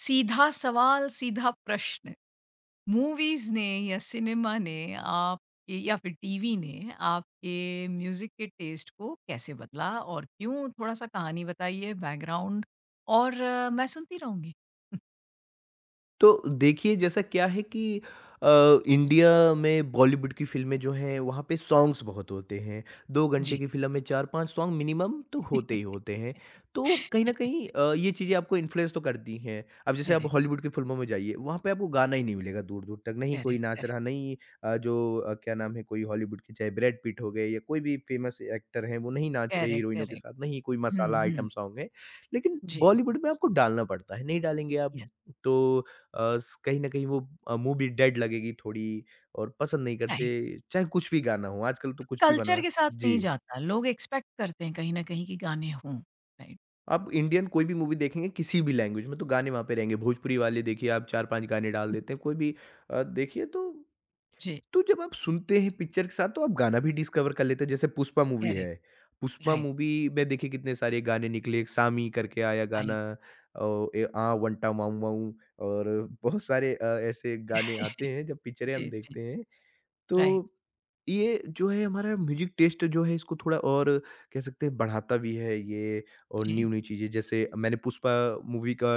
सीधा सवाल, सीधा प्रश्न। मूवीज़ ने या सिनेमा ने आप या फिर टीवी ने आपके म्यूज़िक के टेस्ट को कैसे बदला और क्यों? थोड़ा-सा कहानी बताइए, बैकग्राउंड और मैं सुनती रहूँगी। तो देखिए, जैसा क्या है कि अ, इंडिया में बॉलीवुड की फ़िल्में जो हैं वहाँ पे सॉन्ग्स बहुत होते हैं। 2 घंटे जी। की फ़िल्म में 4-5 सॉन्ग मिनिमम तो होते ही होते हैं। तो कहीं न कहीं ये चीज़ें आपको इन्फ्लुएंस तो करती हैं। अब जैसे आप करेक्ट, हॉलीवुड की फ़िल्मों में जाइए, वहाँ पे आपको गाना ही नहीं मिलेगा दूर-दूर तक। नहीं कोई करेक्ट, नाच करेक्ट, रहा, नहीं जो क्या नाम है, कोई हॉलीवुड के चाहे ब्रैड पिट हो गए या कोई भी फ़ेमस एक्टर हैं, वो नहीं नाच रहे करेक्ट, हीरोइनों के करेक्ट। साथ, नहीं कोई हुँ, मसाला आइटम हुँ। सॉन्ग है। लेकिन जी, बॉलीवुड में आपको डालना पड़ता है, नहीं डालेंगे आप यस, तो अ, स कहीं न कहीं वो मूवी डेड लगेगी थोड़ी और पसंद नहीं राइट। करते। चाहे कुछ भी गाना हो, आजकल तो कुछ भी बना कल्चर के साथ है। जी। नहीं जाता। लोग एक्सपेक्ट करते हैं कहीं न कहीं कि गाने हों, राइट? आप इंडियन कोई भी मूवी देखेंगे किसी भी लैंग्वेज में, तो गाने वहाँ पे रहेंगे। भोजपुरी वाले देखिए, आप 4-5 गाने डाल देते हैं। कोई भी देखिए, तो जी, तो जब आप सुनते हैं पिक्चर के साथ, तो आप गाना भी डिस्कवर कर लेते हैं। जैसे पुष्पा मूवी करेक्ट, है, पुष्पा राइट, मूवी में देखिए कितने सारे गाने निकले, एक सामी करके आया गाना, राइट। औ ए आ वंटा माऊ माऊ, और बहुत सारे ऐसे गाने आते हैं, जब पिक्चरें हम जी, जी, देखते हैं। राइट, तो ये जो है हमारा म्यूज़िक टेस्ट जो है, इसको थोड़ा और कह सकते हैं बढ़ाता भी है ये, और जी। न्यू-न्यू चीज़ें, जैसे मैंने पुष्पा मूवी का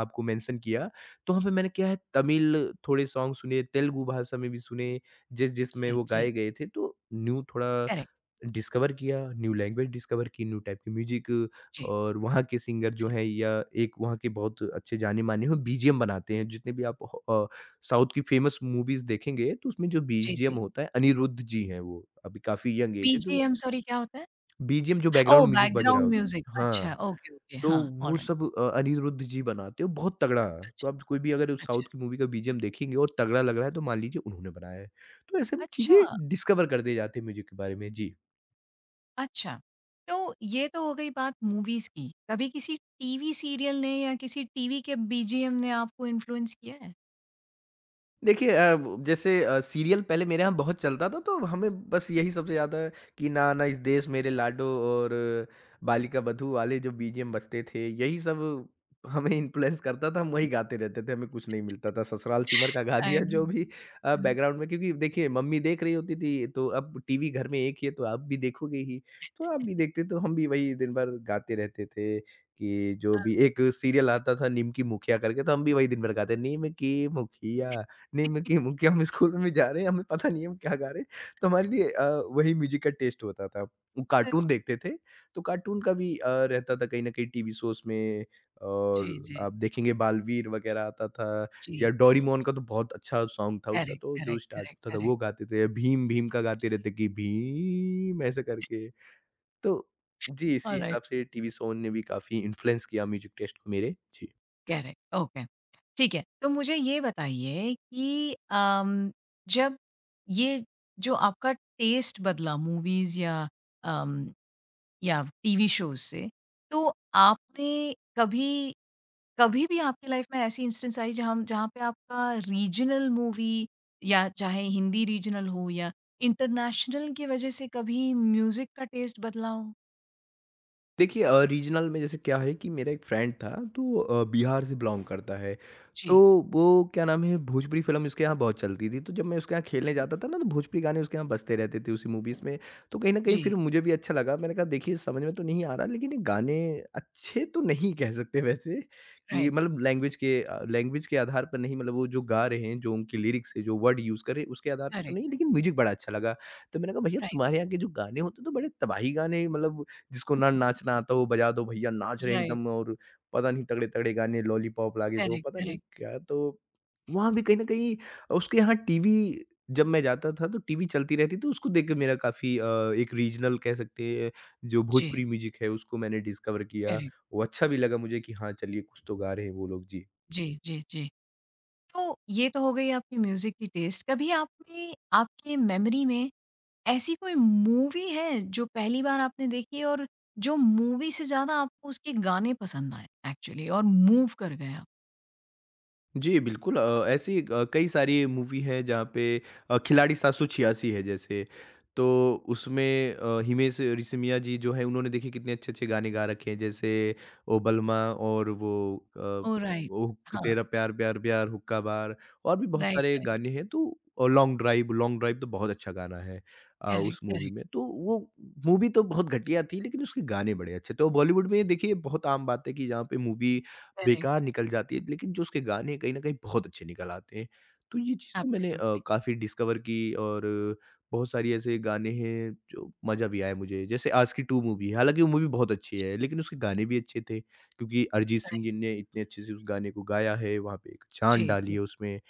आपको मेंशन किया। तो वहाँ पे मैंने क्या है, तमिल थोड़े सॉन्ग सुने, तेलुगु भाषा में भी सुने, जिस-जिस में जी, वो जी, गाए गए थे, तो न्यू थोड़ा करेक्ट, डिस्कवर किया, न्यू लैंग्वेज डिस्कवर की, न्यू टाइप की म्यूज़िक, जी, और वहाँ के सिंगर जो हैं बिल्कुल, या एक वहाँ के बहुत अच्छे जाने-माने हो बीजीएम बनाते हैं। जितने भी आप साउथ की फ़ेमस मूवीज़ देखेंगे, तो उसमें जो जी, बीजीएम जी। होता है, अनिरुद्ध जी हैं वो, अभी काफ़ी यंग एज है। तो बीजीएम सॉरी क्या होता है? बीजीएम, जो बैकग्राउंड ओह! म्यूज़िक बज रहा बैकग्राउंड हो। म्यूज़िक हाँ, अच्छा, ओके, ओके, तो हाँ, वो ऑलराइट सब अनिरुद्ध जी बनाते हैं बहुत तगड़ा। तो अच्छा, आप कोई भी अगर उस साउथ अच्छा, की मूवी का बीजीएम देखेंगे और तगड़ा लग रहा है, तो मान लीजिए उन्होंने बनाया है। तो ऐसे हम अच्छा, चीज़ें डिस्कवर करते जाते हैं म्यूज़िक के बारे में। जी। अच्छा। तो ये तो हो गई बात मूवीज़ की, कभी किसी टीवी सीरियल ने या किसी टीवी के बीजीएम ने आपको इन्फ्लुएंस किया है? देखिए, अ, ब जैसे, सीरियल पहले मेरे यहाँ बहुत चलता था, तो हमें बस यही सबसे ज़्यादा, कि ना ना इस देश मेरे लाडो और बालिका बधू वाले जो बीजीएम बजते थे, यही सब हमें इन्फ्लुएंस करता था। हम वही गाते रहते थे, हमें कुछ नहीं मिलता था। ससुराल सिमर का गा दिया, आई नो, जो भी आई नो। बैकग्राउंड में, क्योंकि देखिए मम्मी देख रही होती थी, तो अब टीवी घर में एक ही है, तो आप भी देखोगे ही। तो आप भी देखते, तो हम भी वही दिन भर गाते रहते थे, कि जो भी एक सीरियल आता था, "निम की मुखिया" करके, तो हम भी वही दिन भर गाते, "निम की मुखिया।" नहीं मैं कि हम स्कूल में जा रहे हैं, हमें पता नहीं है हम क्या गा रहे हैं। तो हमारे लिए वही म्यूज़िक का टेस्ट होता था। वो कार्टून देखते थे, तो कार्टून का भी रहता था कहीं न कहीं टीवी शोज़ में। और जी, जी, आप देखेंगे बालवीर वगैरह आता था, या जी, डोरेमोन का तो बहुत अच्छा सॉन्ग था, उसका करेक्ट, तो जो करेक्ट, स्टार्ट करेक्ट, होता था करेक्ट, वो गाते थे। या भीम भीम का जी, गाते रहते, कि भीम ऐसे करके। तो जी, इसी ऑलराइट। हिसाब से टीवी शो ने भी काफ़ी इन्फ्लुएंस किया म्यूज़िक टेस्ट को मेरे। जी। करेक्ट, ओके, ठीक है। तो मुझे ये बताइए कि जब ये जो आपका टेस्ट बदला मूवीज़ या अम, या टीवी शोज़ से, तो आपने कभी कभी भी आपकी लाइफ़ में ऐसी इंस्टेंस आई जहाँ जहाँ पे आपका रीजनल मूवी या चाहे हिंदी रीजनल हो या इंटरनेशनल की वजह से कभी म्यूज़िक का टेस्ट बदला हो? देखिए, रीजनल में जैसे क्या है, कि मेरा एक फ्रेंड था, तो बिहार से बिलोंग करता है। तो जी, वो क्या नाम है, भोजपुरी फिल्म उसके यहाँ बहुत चलती थी, तो जब मैं उसके यहाँ खेलने जी, जाता था ना, तो भोजपुरी गाने उसके यहाँ बजते रहते थे, उसी मूवीज़ में। तो कहीं ना कहीं जी, फिर मुझे भी अच्छा लगा। मैंने कहा, देखिए समझ में तो नहीं आ रहा, लेकिन ये गाने अच्छे तो नहीं कह सकते वैसे, कि राइट, मतलब लैंग्वेज के आधार पर नहीं, मतलब वो जो गा रहे हैं, जो उनके लिरिक्स है, जो वर्ड यूज़ कर रहे हैं, उसके आधार पर तो करेक्ट, नहीं, लेकिन म्यूजिक बड़ा अच्छा लगा। तो मैंने कहा, भैया राइट, तुम्हारे यहाँ के जो गाने होते हैं तो बड़े तबाही गाने, मतलब जिसको ना नाचना आता हो, बजा दो भैया, नाच रहे हैं राइट, एकदम। और पता नहीं तगड़े-तगड़े गाने, लॉलीपॉप लाके दो, करेक्ट, पता नहीं करेक्ट, क्या। तो वहाँ भी कहीं न कहीं, उसके यहाँ टीवी जब मैं जाता था, तो टीवी चलती रहती, तो उसको देख के मेरा काफ़ी एक रीजनल कह सकते हैं, जो जी। भोजपुरी म्यूज़िक है, उसको मैंने डिस्कवर किया। करेक्ट। वो अच्छा भी लगा मुझे, कि हाँ, चलिए कुछ तो गा रहे हैं वो लोग। जी। जी, जी, जी। तो ये तो हो गई आपकी म्यूज़िक की टेस्ट। कभी आपने आपके मेमोरी में ऐसी कोई मूवी है जो पहली बार आपने देखी और जो मूवी से ज़्यादा आपको उसके गाने पसंद आए एक्चुअली और मूव कर गए आप? जी, बिल्कुल। ऐसी कई सारी मूवी है जहाँ पे, खिलाड़ी 786 है जैसे, तो उसमें, हिमेश रेशमिया जी जो हैं, उन्होंने देखिए कितने अच्छे-अच्छे गाने गा रखे हैं, जैसे ओ बलमा, और वो अ, ओह! राइट। ओ हाँ, तेरा प्यार प्यार प्यार, हुक्का बार, और भी बहुत राइट, सारे राइट। गाने हैं। तो, और लॉन्ग ड्राइव तो बहुत अच्छा गाना है, उस करेक्ट, मूवी करेक्ट, में। तो वो मूवी तो बहुत घटिया थी, लेकिन उसके गाने बड़े अच्छे थे, और बॉलीवुड में ये देखिए बहुत आम बात है, कि जहाँ पे मूवी करेक्ट। बेकार निकल जाती है, लेकिन जो उसके गाने हैं, कहीं न कहीं बहुत अच्छे निकल आते हैं। तो ये चीज़ तो मैंने एब्सोल्युटली। काफ़ी डिस्कवर की, और बहुत सारी ऐसे गाने हैं जो मज़ा भी आया मुझे। जैसे आशिकी 2 मूवी है, हालाँकि वो मूवी बहुत अच्छी जी, है, लेकिन उसके गाने भी अच्छे थे, क्योंकि अरिजीत सिंह राइट। जी ने इतने अच्छे से उस गाने को गाया है, वहाँ पे एक जान जी, डाली जी, है उसमें।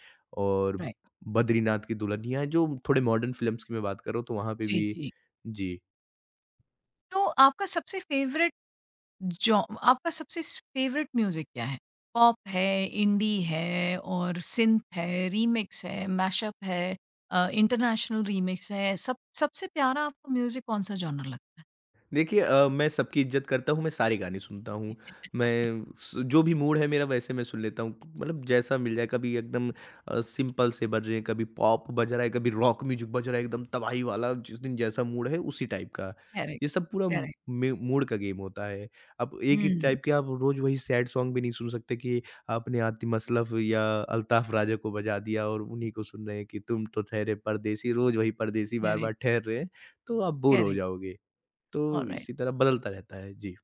और राइट। बद्रीनाथ की दुल्हनिया है, जो थोड़े मॉडर्न फ़िल्म्स की मैं बात कर रहा हूँ, तो वहाँ पे जी, भी। जी। जी। तो आपका सबसे फेवरेट जॉ आपका सबसे स फेवरेट म्यूज़िक क्या है? पॉप है, इंडी है और सिंथ है, रीमिक्स है, मैशअप है इंटरनेशनल रीमिक्स है, सब सबसे प्यारा आपको म्यूज़िक कौन-सा जॉनर लगता देखिए, मैं सबकी इज़्ज़त करता हूँ, मैं सारे गाने सुनता हूँ। है? मैं स जो भी मूड है मेरा, वैसे मैं सुन लेता हूँ। मतलब जैसा मिल जाए, कभी एकदम सिंपल से बज रहे हैं, कभी पॉप बज रहा है, कभी रॉक म्यूज़िक बज रहा है एकदम तबाही वाला, जिस दिन जैसा मूड है उसी टाइप का। करेक्ट, ये सब पूरा मू करेक्ट। मे मूड का गेम होता है। अब एक ही हुँ, टाइप के आप रोज़ वही सैड सॉन्ग भी नहीं सुन सकते, कि आपने आतिम असलफ़ या अल्ताफ़ राजा को बजा दिया, और उन्हीं को सुन रहे हैं, कि तुम तो ठहरे परदेसी, रोज़ वही परदेसी बार-बार करेक्ट, ठहर रहे हैं, तो आप बोर हो करेक्ट, जाओगे। तो ऑलराइट। इसी तरह बदलता रहता है। जी।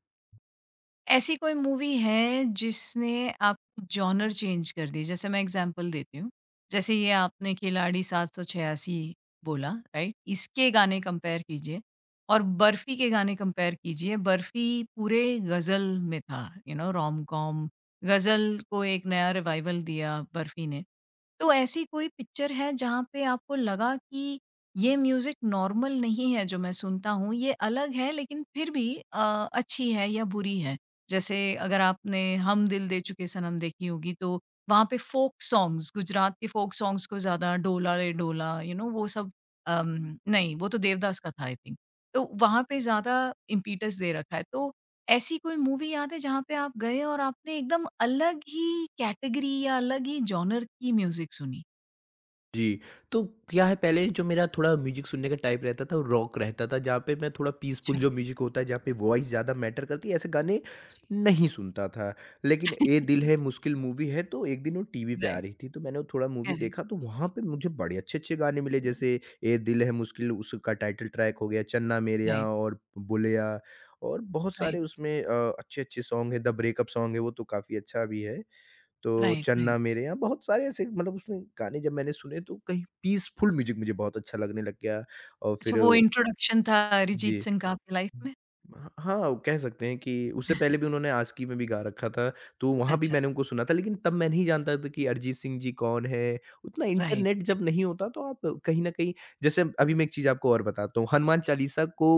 ऐसी कोई मूवी है जिसने आपकी जॉनर चेंज कर दी? जैसे मैं एग्ज़ाम्पल देती हूँ। जैसे ये आपने खिलाड़ी 786 बोला राइट? इसके गाने कंपेयर कीजिए और बर्फ़ी के गाने कंपेयर कीजिए। बर्फ़ी पूरे गज़ल में था, यू नो रोम-कॉम गज़ल को एक नया रिवाइवल दिया बर्फ़ी ने। तो ऐसी कोई पिक्चर है जहाँ पे आपको लगा कि ये म्यूज़िक नॉर्मल नहीं है जो मैं सुनता हूँ, ये अलग है लेकिन फिर भी अच्छी है या बुरी है? जैसे अगर आपने हम दिल दे चुके सनम देखी होगी तो वहाँ पे फ़ोक सॉन्ग्स गुजरात के फ़ोक सॉन्ग्स को ज़्यादा डोला रे डोला यू नो वो सब नहीं वो तो देवदास का था आई थिंक। तो वहाँ पे ज़्यादा इम्पीटस दे रखा है तो ऐसी कोई मूवी याद है जहाँ पे आप गए और आपने एकदम अलग ही कैटेगरी या अलग ही जॉनर की म्यूज़िक सुनी? जी। तो क्या है, पहले जो मेरा थोड़ा म्यूज़िक सुनने का टाइप रहता था, वो रॉक रहता था, जहाँ पे मैं थोड़ा पीसफुल, अच्छा, जो म्यूज़िक होता है जहाँ पे वॉइस ज़्यादा मैटर करती है, ऐसे गाने जी। नहीं सुनता था। लेकिन ये दिल है मुश्किल मूवी है, तो एक दिन वो टीवी पे आ राइट, रही थी, तो मैंने वो थोड़ा मूवी करेक्ट, देखा, तो वहाँ पे मुझे बड़े अच्छे-अच्छे गाने मिले, जैसे ये दिल है मुश्किल उसका टाइटल ट्रैक हो गया, चन्ना मेरेया राइट, और बोलेया, और बहुत सारे राइट, उसमें अच्छे-अच्छे सॉन्ग हैं। द ब्रेकअप सॉन्ग है, वो तो काफ़ी अच्छा भी है। तो राइट, चन्ना राइट। मेरे यहाँ बहुत सारे ऐसे, मतलब उसमें गाने जब मैंने सुने, तो कहीं पीसफुल म्यूज़िक मुझे बहुत अच्छा लगने लग गया, और फिर। अच्छा वो इंट्रोडक्शन था अरिजीत जी। सिंह का आपकी लाइफ में? हाँ, हाँ, वो कह सकते हैं कि उससे पहले भी उन्होंने आस्की में भी गा रखा था, तो वहाँ भी अच्छा, मैंने उनको सुना था, लेकिन तब मैं नहीं जानता था कि अरिजीत सिंह जी कौन हैं। उतना राइट, इंटरनेट राइट, जब नहीं होता, तो आप कहीं न कहीं, जैसे अभी मैं एक चीज़ आपको और बताता हूँ, हनुमान चालीसा को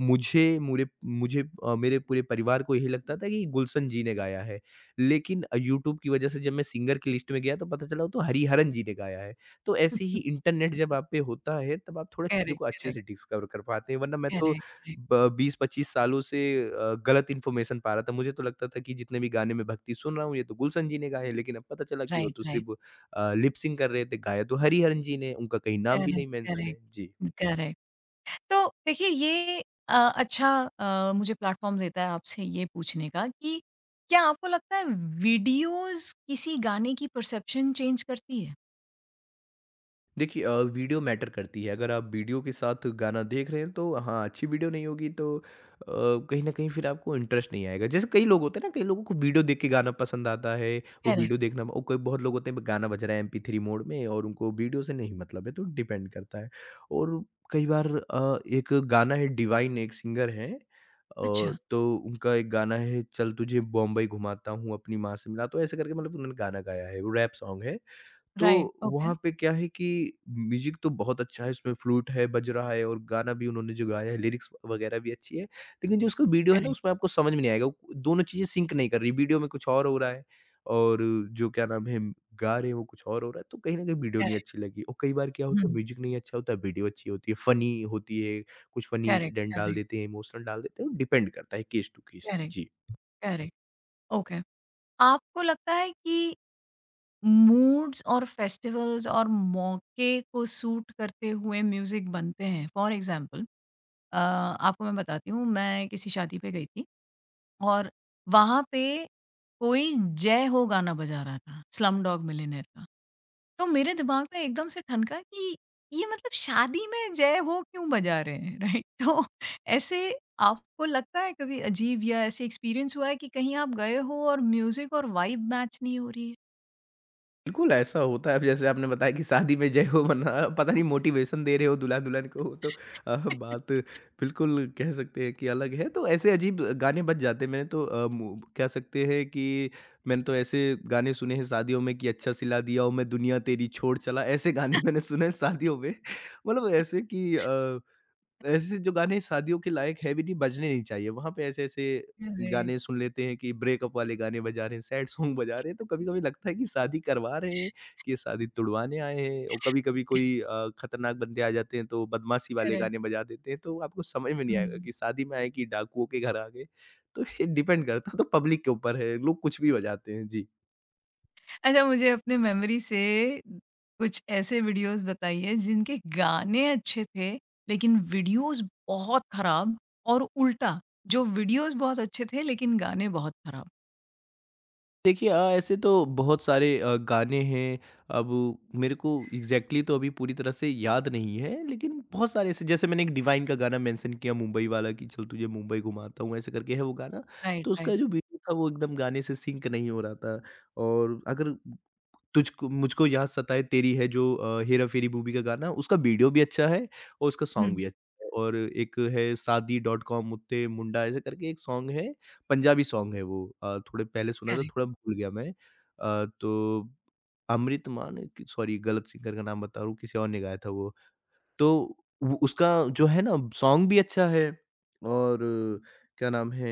मुझे मुरे मुझे अ, मेरे पूरे परिवार को यही लगता था कि गुलशन जी ने गाया है, लेकिन यूट्यूब की वजह से जब मैं सिंगर की लिस्ट में गया, तो पता चला वो तो हरिहरन जी ने गाया है। तो ऐसे ही इंटरनेट जब आप पे होता है, तब आप थोड़ा चीज़ों करेक्ट, को अच्छे करेक्ट, से डिस्कवर कर पाते हैं, वरना मैं तो करेक्ट, करेक्ट, ब 20-25 सालों से गलत इन्फॉर्मेशन पा रहा था। मुझे तो लगता था कि जितने भी गाने मैं भक्ति सुन रहा हूँ, ये तो गुलशन जी ने गाए हैं, लेकिन अब पता चला कि वो राइट, तो राइट, सिर्फ़ लिप सिंक कर रहे थे, गाया तो हरिहरन जी ने, उनका कहीं नाम भी नहीं करेक्ट, मेंशन है। करेक्ट, जी। करेक्ट। तो देखिए ये अच्छा मुझे प्लेटफ़ॉर्म देता है आपसे ये पूछने का कि क्या आपको लगता है वीडियोज़ किसी गाने की परसेप्शन चेंज करती है? देखिए, वीडियो मैटर करती है। अगर आप वीडियो के साथ गाना देख रहे हैं, तो हाँ, अच्छी वीडियो नहीं होगी तो कहीं न कहीं फिर आपको इंटरेस्ट नहीं आएगा। जैसे कई लोग होते हैं ना, कई लोगों को वीडियो देख के गाना पसंद आता है, वो करेक्ट, वीडियो देखना, और कोई बहुत लोग होते हैं गाना बज रहा है MP3 मोड में, और उनको वीडियो से नहीं मतलब है, तो डिपेंड करता है। और कई बार, एक गाना है डिवाइन, एक सिंगर हैं, अच्छा, तो उनका एक गाना है चल तुझे बॉम्बई घुमाता हूँ अपनी माँ से मिला, तो ऐसे करके मतलब उन्होंने गाना गाया है, वो रैप सॉन्ग है। तो राइट, ओके, वहाँ पे क्या है कि म्यूज़िक तो बहुत अच्छा है, उसमें फ्लूट है, बज रहा है और गाना भी उन्होंने जो गाया है, लिरिक्स वगैरह भी अच्छी है। लेकिन जो उसका वीडियो है ना, करेक्ट, उसमें आपको समझ में नहीं आएगा, वो दोनों चीज़ें सिंक नहीं कर रही, वीडियो में कुछ और हो रहा है और जो क्या नाम है, गा रहे हैं वो कुछ और हो रहा है, तो कहीं न कहीं वीडियो नहीं करेक्ट, अच्छी लगी और कई बार क्या होता है हुँ, म्यूज़िक नहीं अच्छा होता, वीडियो अच्छी होती है, फ़नी होती है, कुछ फ़नी करेक्ट, इंसिडेंट डाल करेक्ट, देते हैं, इमोशनल डाल देते हैं, डिपेंड करता है केस टू केस। करेक्ट, जी। Correct, okay. आपको लगता है कि मूड्स और फेस्टिवल्स और मौके को सूट करते हुए म्यूज़िक बनते हैं? फॉर एग्ज़ाम्पल आपको मैं बताती हूँ, मैं किसी शादी पे गई थी और वहाँ पे कोई जय हो गाना बजा रहा था, स्लमडॉग मिलियनेयर का। तो मेरे दिमाग में एकदम से ठनका कि ये मतलब शादी में जय हो क्यों बजा रहे हैं, राइट? तो ऐसे आपको लगता है कभी अजीब या ऐसे एक्सपीरियंस हुआ है कि कहीं आप गए हो और म्यूज़िक और वाइब मैच नहीं हो रही है? बिल्कुल, ऐसा होता है। अब जैसे आपने बताया कि शादी में जय हो मना पता नहीं मोटिवेशन दे रहे हो दुल्हा-दुल्हन को तो बात बिल्कुल कह सकते हैं कि अलग है। तो ऐसे अजीब गाने बज जाते हैं। मैंने तो मु कह सकते हैं कि मैंने तो ऐसे गाने सुने हैं शादियों में कि अच्छा सिला दिया ओ मैं दुनिया तेरी छोड़ चला। ऐसे गाने मैंने सुने हैं शादियों में। मतलब ऐसे कि ऐसे जो गाने शादियों के लायक है भी नहीं, बजने नहीं चाहिए। वहाँ पे ऐसे-ऐसे करेक्ट, गाने सुन लेते हैं कि ब्रेकअप वाले गाने बजा रहे हैं, सैड सॉन्ग बजा रहे हैं, तो कभी-कभी लगता है कि शादी करवा रहे हैं, कि ये शादी तुड़वाने आए हैं और कभी-कभी कोई खतरनाक बंदे आ जाते हैं, तो बदमाशी वाले करेक्ट। गाने बजा देते हैं, तो आपको समझ में नहीं आएगा हुँ। कि शादी में आए कि डाकुओं के घर आ गए। तो ये डिपेंड करता है, तो पब्लिक के ऊपर है, लोग कुछ भी बजाते हैं। जी। अच्छा मुझे अपने मेमोरी से कुछ ऐसे वीडियोज़ बताइए जिनके गाने अच्छे थे, लेकिन वीडियोज़ बहुत खराब और उल्टा, जो वीडियोज़ बहुत अच्छे थे लेकिन गाने बहुत खराब? देखिए ऐसे तो बहुत सारे गाने हैं अब मेरे को एग्जैक्टली exactly तो अभी पूरी तरह से याद नहीं है लेकिन बहुत सारे ऐसे जैसे मैंने एक डिवाइन का गाना मेंशन किया मुंबई वाला कि चल तुझे मुंबई घुमाता हूँ ऐसे करके है वो गाना राइट, तो उसका राइट। जो बीट था वो एकदम गाने से सिंक नहीं हो रहा था और अगर तुझको मुझको याद सताए तेरी है जो हेरा फेरी मूवी का गाना उसका वीडियो भी अच्छा है और उसका सॉन्ग हुँ। भी अच्छा है और एक है शादी डॉट कॉम उत्ते मुंडा ऐसे करके एक सॉन्ग है, पंजाबी सॉन्ग है वो थोड़े पहले सुना था करेक्ट, थोड़ा भूल गया मैं। तो अमृत मान कि सॉरी गलत सिंगर का नाम बता रहा हूँ, किसी और ने गाया था वो। तो वो उसका जो है ना सॉन्ग भी अच्छा है और क्या नाम है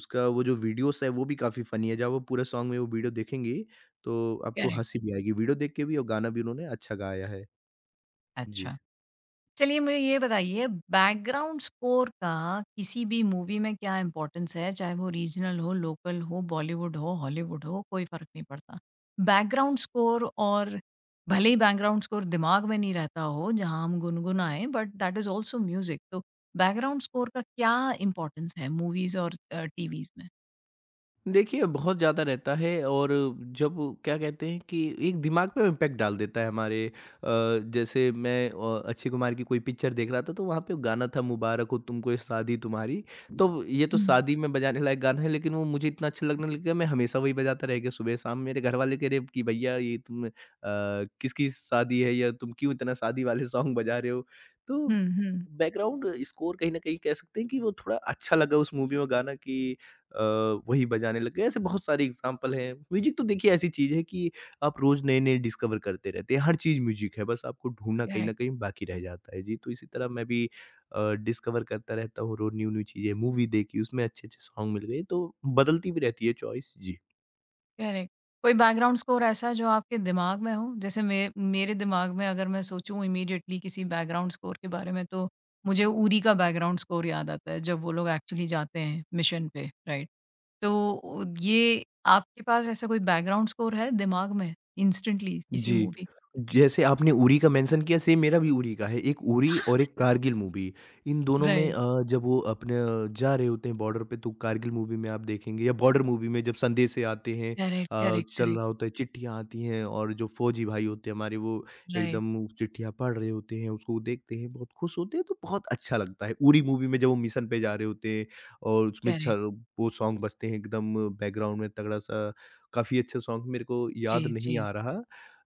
उसका वो जो वीडियोस है वो भी काफ़ी फ़नी है। जब आप पूरा सॉन्ग में वो वीडियो देखेंगी तो आपको करेक्ट। हँसी भी आएगी। वीडियो देख के भी और गाना भी उन्होंने अच्छा गाया है। जी। अच्छा। चलिए मुझे ये बताइए बैकग्राउंड स्कोर का किसी भी मूवी में क्या इम्पोर्टेंस है? चाहे वो रीजनल हो, लोकल हो, बॉलीवुड हो, हॉलीवुड हो, कोई फ़र्क नहीं पड़ता। बैकग्राउंड स्कोर और भले ही बैकग्राउंड स्कोर दिमाग में नहीं रहता हो जहाँ हम गुनगुनाएँ but that is also music तो बैकग्राउंड स्कोर का क्या इम्पोर्टेंस है मूवीज़ और टीवीज़ में? देखिए, बहुत ज़्यादा रहता है और जब क्या कहते हैं कि एक दिमाग पे इम्पैक्ट डाल देता है हमारे जैसे मैं अक्षय कुमार की कोई पिक्चर देख रहा था तो वहाँ पे गाना था मुबारक हो तुमको ये शादी तुम्हारी। तो ये तो हुँ। शादी में बजाने लायक गाना है लेकिन वो मुझे इतना अच्छा लगने लग गया मैं हमेशा वही बजाता रह गया सुबह-शाम। मेरे घरवाले कह रहे कि भैया ये तुम किसकी शादी है या तुम क्यों इतना शादी वाले सॉन्ग बजा रहे हो? तो हुँ, हुँ। बैकग्राउंड स्कोर कहीं न कहीं कह सकते हैं कि वो थोड़ा अच्छा लगा उस मूवी में गाना कि वही बजाने लग गए। ऐसे बहुत सारे एग्ज़ाम्पल हैं। म्यूज़िक तो देखिए ऐसी चीज़ है कि आप रोज़ नए-नए डिस्कवर करते रहते हैं। हर चीज़ म्यूज़िक है, बस आपको ढूँढना कहीं न करेक्ट। कहीं बाकी रह जाता है। जी, तो इसी तरह मैं भी डिस्कवर करता रहता हूँ रोज़ न्यू-न्यू चीज़ें। मूवी देखी, उसमें अच्छे-अच्छे सॉन्ग मिल गए, तो बदलती भी रहती है चॉइस। जी। करेक्ट। कोई बैकग्राउंड स्कोर ऐसा जो आपके दिमाग में हो? जैसे मे मेरे दिमाग में अगर मैं सोचूँ इमीडिएटली किसी बैकग्राउंड स्कोर के बारे में तो मुझे उरी का बैकग्राउंड स्कोर याद आता है, जब वो लोग एक्चुअली जाते हैं मिशन पे, राइट? तो ये आपके पास ऐसा कोई बैकग्राउंड स्कोर है दिमाग में इंस्टेंटली किसी जी। मूवी का? जैसे आपने उरी का मेंशन किया सेम मेरा भी उरी का है। एक उरी और एक कारगिल मूवी। इन दोनों में राइट। जब वो अपने जा रहे होते हैं बॉर्डर पे तो कारगिल मूवी में आप देखेंगे या बॉर्डर मूवी में जब संदेशे आते हैं करेक्ट, करेक्ट, चल करेक्ट। रहा होता है, चिट्ठियाँ आती हैं और जो फ़ौजी भाई होते हैं हमारे वो राइट, एकदम उस चिट्ठियाँ पढ़ रहे होते हैं, उसको देखते हैं, बहुत खुश होते हैं तो बहुत अच्छा लगता है। उरी मूवी में जब वो मिशन पे जा रहे होते हैं और उसमें छ करेक्ट। वो सॉन्ग बजते हैं एकदम बैकग्राउंड में तगड़ा-सा, काफ़ी अच्छा सॉन्ग मेरे को जी, याद नहीं जी। आ रहा।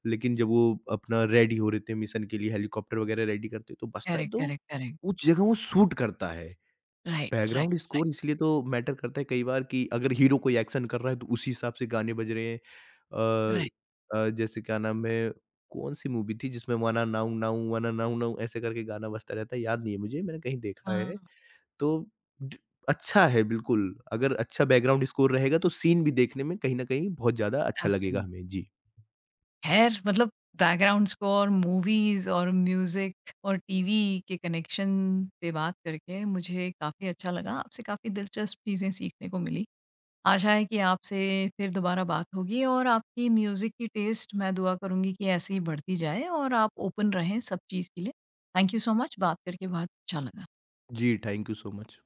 लेकिन जब वो अपना रेडी हो रहे थे मिशन के लिए हेलीकॉप्टर वगैरह रेडी करते तो बसता है करेक्ट, तो करेक्ट, करेक्ट। उस जगह वो शूट करता है। Right, right, background right, score इसलिए तो मैटर करता है कई बार कि अगर हीरो कोई एक्शन कर रहा है तो उसी हिसाब से गाने बज रहे हैं। अ राइट। जैसे क्या नाम है, कौन-सी मूवी थी जिसमें वाना नाउ नाउ ऐसे करके गाना बजता रहता है, याद नहीं है मुझे मैंने कहीं देखा है। हाँ, तो ड अच्छा है बिल्कुल, अगर अच्छा बैकग्राउंड स्कोर रहेगा तो सीन भी देखने में कहीं न कहीं बहुत ज़्यादा अच्छा लगेगा एब्सोल्यूट हमें। जी। खैर मतलब बैकग्राउंड स्कोर, मूवीज़ और म्यूज़िक और टीवी के कनेक्शन पे बात करके मुझे काफ़ी अच्छा लगा। आपसे काफ़ी दिलचस्प चीज़ें सीखने को मिली। आशा है कि आपसे फिर दोबारा बात होगी और आपकी म्यूज़िक की टेस्ट मैं दुआ करूँगी कि ऐसे ही बढ़ती जाए और आप ओपन रहें सब चीज़ के लिए। थैंक यू सो मच, बात करके बहुत अच्छा लगा। जी, थैंक यू सो मच।